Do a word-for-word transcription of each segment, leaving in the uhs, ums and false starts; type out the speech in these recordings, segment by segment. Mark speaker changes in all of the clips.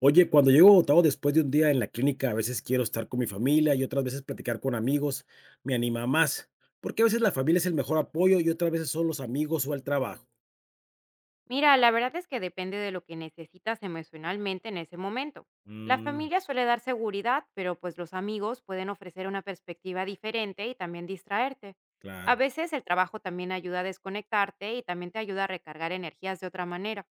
Speaker 1: Oye, cuando llego agotado después de un día en la clínica, a veces quiero estar con mi familia y otras veces platicar con amigos, me anima más, porque a veces la familia es el mejor apoyo y otras veces son los amigos o el trabajo.
Speaker 2: Mira, la verdad es que depende de lo que necesitas emocionalmente en ese momento. La
Speaker 1: Mm,
Speaker 2: familia suele dar seguridad, pero pues los amigos pueden ofrecer una perspectiva diferente y también distraerte.
Speaker 1: claro,
Speaker 2: A veces el trabajo también ayuda a desconectarte y también te ayuda a recargar energías de otra manera.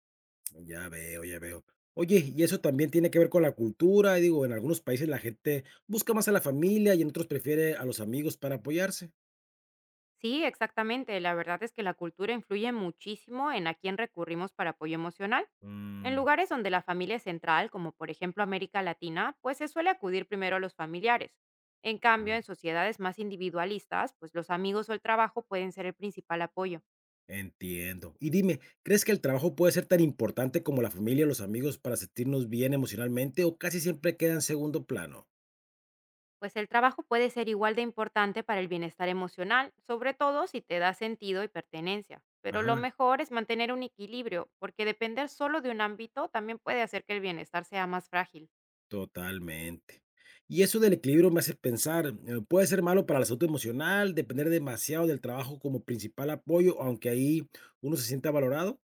Speaker 1: ya veo, ya veo. Oye, y eso también tiene que ver con la cultura, y digo, en algunos países la gente busca más a la familia y en otros prefiere a los amigos para apoyarse.
Speaker 2: Sí, exactamente. La verdad es que la cultura influye muchísimo en a quién recurrimos para apoyo emocional. En
Speaker 1: Mm,
Speaker 2: lugares donde la familia es central, como por ejemplo América Latina, pues se suele acudir primero a los familiares. En cambio, en sociedades más individualistas, pues los amigos o el trabajo pueden ser el principal apoyo.
Speaker 1: entiendo. Y dime, ¿crees que el trabajo puede ser tan importante como la familia o los amigos para sentirnos bien emocionalmente o casi siempre queda en segundo plano?
Speaker 2: Pues el trabajo puede ser igual de importante para el bienestar emocional, sobre todo si te da sentido y pertenencia. Pero lo
Speaker 1: Ajá,
Speaker 2: mejor es mantener un equilibrio, porque depender solo de un ámbito también puede hacer que el bienestar sea más frágil.
Speaker 1: totalmente. Y eso del equilibrio me hace pensar, eh, puede ser malo para la salud emocional, depender demasiado del trabajo como principal apoyo, aunque ahí uno se sienta valorado.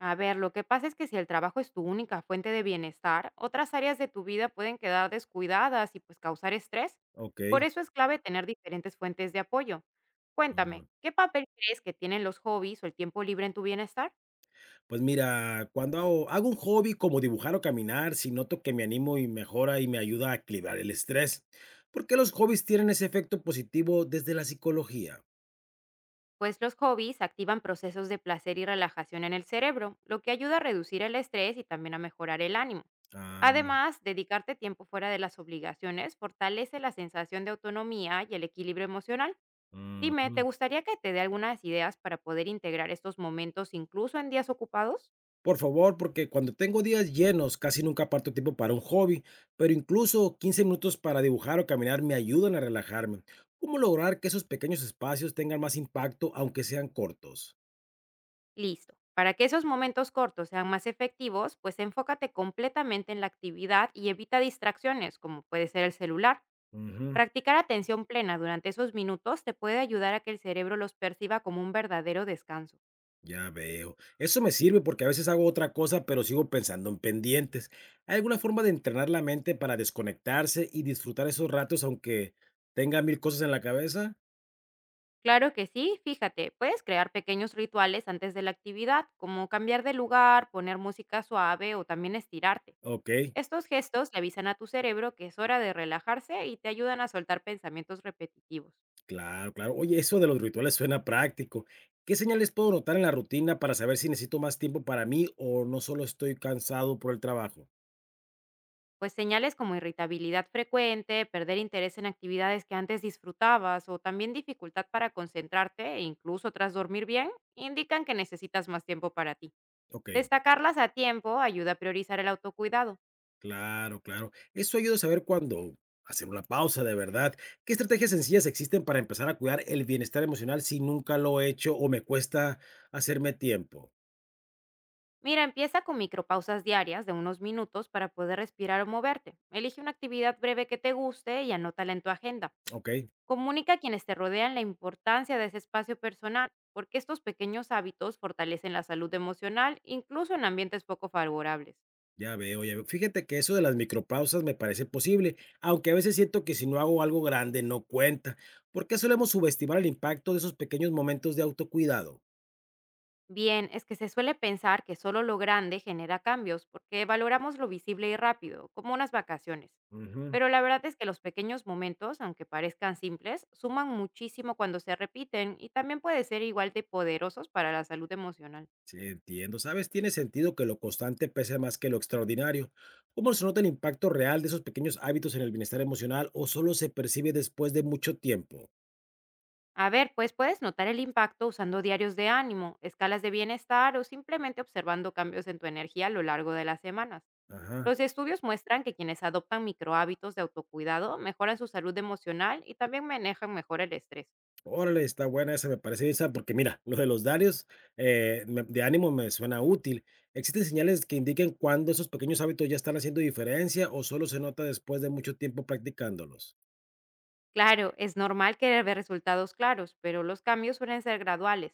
Speaker 2: A ver, lo que pasa es que si el trabajo es tu única fuente de bienestar, otras áreas de tu vida pueden quedar descuidadas y pues causar estrés. Por
Speaker 1: Ok.
Speaker 2: eso es clave tener diferentes fuentes de apoyo. Cuéntame, ¿qué papel crees que tienen los hobbies o el tiempo libre en tu bienestar?
Speaker 1: Pues mira, cuando hago, hago un hobby como dibujar o caminar, si noto que me animo y mejora y me ayuda a equilibrar el estrés. ¿Porque los hobbies tienen ese efecto positivo desde la psicología?
Speaker 2: Pues los hobbies activan procesos de placer y relajación en el cerebro, lo que ayuda a reducir el estrés y también a mejorar el ánimo.
Speaker 1: Ah,
Speaker 2: Además, dedicarte tiempo fuera de las obligaciones fortalece la sensación de autonomía y el equilibrio emocional. Dime, ¿te
Speaker 1: ujú.
Speaker 2: gustaría que te dé algunas ideas para poder integrar estos momentos incluso en días ocupados?
Speaker 1: Por favor, porque cuando tengo días llenos, casi nunca aparto tiempo para un hobby, pero incluso quince minutos para dibujar o caminar me ayudan a relajarme. ¿Cómo lograr que esos pequeños espacios tengan más impacto, aunque sean cortos?
Speaker 2: Listo. Para que esos momentos cortos sean más efectivos, pues enfócate completamente en la actividad y evita distracciones, como puede ser el celular.
Speaker 1: Ujú.
Speaker 2: Practicar atención plena durante esos minutos te puede ayudar a que el cerebro los perciba como un verdadero descanso.
Speaker 1: Ya veo. Eso me sirve porque a veces hago otra cosa, pero sigo pensando en pendientes. ¿Hay alguna forma de entrenar la mente para desconectarse y disfrutar esos ratos aunque tenga mil cosas en la cabeza?
Speaker 2: Claro que sí, fíjate, puedes crear pequeños rituales antes de la actividad, como cambiar de lugar, poner música suave o también estirarte.
Speaker 1: Ok,
Speaker 2: Estos gestos le avisan a tu cerebro que es hora de relajarse y te ayudan a soltar pensamientos repetitivos.
Speaker 1: claro, claro. Oye, eso de los rituales suena práctico. ¿Qué señales puedo notar en la rutina para saber si necesito más tiempo para mí o no solo estoy cansado por el trabajo?
Speaker 2: Pues señales como irritabilidad frecuente, perder interés en actividades que antes disfrutabas o también dificultad para concentrarte, e incluso tras dormir bien, indican que necesitas más tiempo para ti.
Speaker 1: Ok.
Speaker 2: Destacarlas a tiempo ayuda a priorizar el autocuidado.
Speaker 1: Claro, claro. Eso ayuda a saber cuándo hacer una pausa de verdad. ¿Qué estrategias sencillas existen para empezar a cuidar el bienestar emocional si nunca lo he hecho o me cuesta hacerme tiempo?
Speaker 2: Mira, empieza con micropausas diarias de unos minutos para poder respirar o moverte. Elige una actividad breve que te guste y anótala en tu agenda.
Speaker 1: Ok,
Speaker 2: Comunica a quienes te rodean la importancia de ese espacio personal, porque estos pequeños hábitos fortalecen la salud emocional, incluso en ambientes poco favorables.
Speaker 1: ya veo, ya veo. Fíjate que eso de las micropausas me parece posible, aunque a veces siento que si no hago algo grande no cuenta. ¿Por qué solemos subestimar el impacto de esos pequeños momentos de autocuidado?
Speaker 2: Bien, es que se suele pensar que solo lo grande genera cambios, porque valoramos lo visible y rápido, como unas vacaciones.
Speaker 1: Ujú.
Speaker 2: Pero la verdad es que los pequeños momentos, aunque parezcan simples, suman muchísimo cuando se repiten y también pueden ser igual de poderosos para la salud emocional.
Speaker 1: Sí, entiendo. ¿Sabes? Tiene sentido que lo constante pese más que lo extraordinario. ¿Cómo se nota el impacto real de esos pequeños hábitos en el bienestar emocional o solo se percibe después de mucho tiempo?
Speaker 2: A ver, pues puedes notar el impacto usando diarios de ánimo, escalas de bienestar o simplemente observando cambios en tu energía a lo largo de las semanas.
Speaker 1: Ajá.
Speaker 2: Los estudios muestran que quienes adoptan microhábitos de autocuidado mejoran su salud emocional y también manejan mejor el estrés.
Speaker 1: Órale, está buena esa, me parece esa, porque mira, lo de los diarios eh, me- de ánimo me suena útil. ¿Existen señales que indiquen cuándo esos pequeños hábitos ya están haciendo diferencia o solo se nota después de mucho tiempo practicándolos?
Speaker 2: Claro, es normal querer ver resultados claros, pero los cambios suelen ser graduales.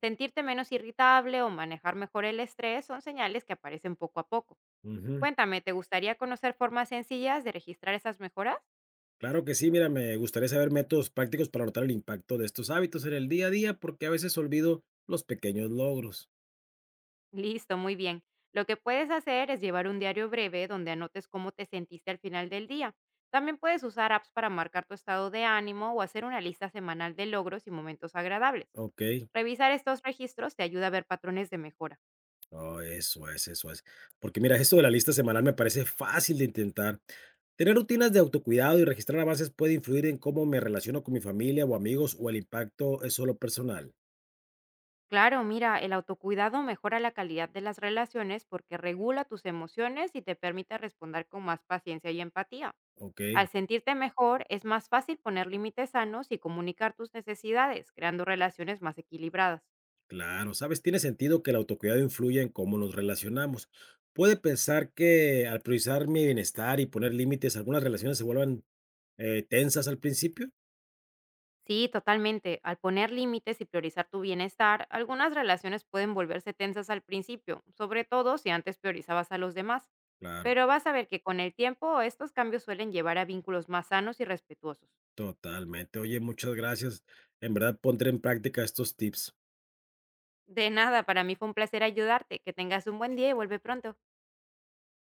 Speaker 2: Sentirte menos irritable o manejar mejor el estrés son señales que aparecen poco a poco. Cuéntame, ¿te gustaría conocer formas sencillas de registrar esas mejoras?
Speaker 1: Claro que sí, mira, me gustaría saber métodos prácticos para notar el impacto de estos hábitos en el día a día, porque a veces olvido los pequeños logros.
Speaker 2: Listo, muy bien. Lo que puedes hacer es llevar un diario breve donde anotes cómo te sentiste al final del día. También puedes usar apps para marcar tu estado de ánimo o hacer una lista semanal de logros y momentos agradables.
Speaker 1: Ok,
Speaker 2: Revisar estos registros te ayuda a ver patrones de mejora.
Speaker 1: no, eso es, eso es. Porque mira, esto de la lista semanal me parece fácil de intentar. Tener rutinas de autocuidado y registrar avances puede influir en cómo me relaciono con mi familia o amigos o el impacto es solo personal.
Speaker 2: Claro, mira, el autocuidado mejora la calidad de las relaciones porque regula tus emociones y te permite responder con más paciencia y empatía.
Speaker 1: Ok,
Speaker 2: Al sentirte mejor, es más fácil poner límites sanos y comunicar tus necesidades, creando relaciones más equilibradas.
Speaker 1: claro, sabes, tiene sentido que el autocuidado influya en cómo nos relacionamos. Puede pensar que al priorizar mi bienestar y poner límites, algunas relaciones se vuelvan Eh, tensas al principio,
Speaker 2: Sí, totalmente. Al poner límites y priorizar tu bienestar, algunas relaciones pueden volverse tensas al principio, sobre todo si antes priorizabas a los demás.
Speaker 1: claro,
Speaker 2: Pero vas a ver que con el tiempo estos cambios suelen llevar a vínculos más sanos y respetuosos.
Speaker 1: totalmente. Oye, muchas gracias. En verdad, pondré en práctica estos tips.
Speaker 2: De nada, para mí fue un placer ayudarte. Que tengas un buen día y vuelve pronto.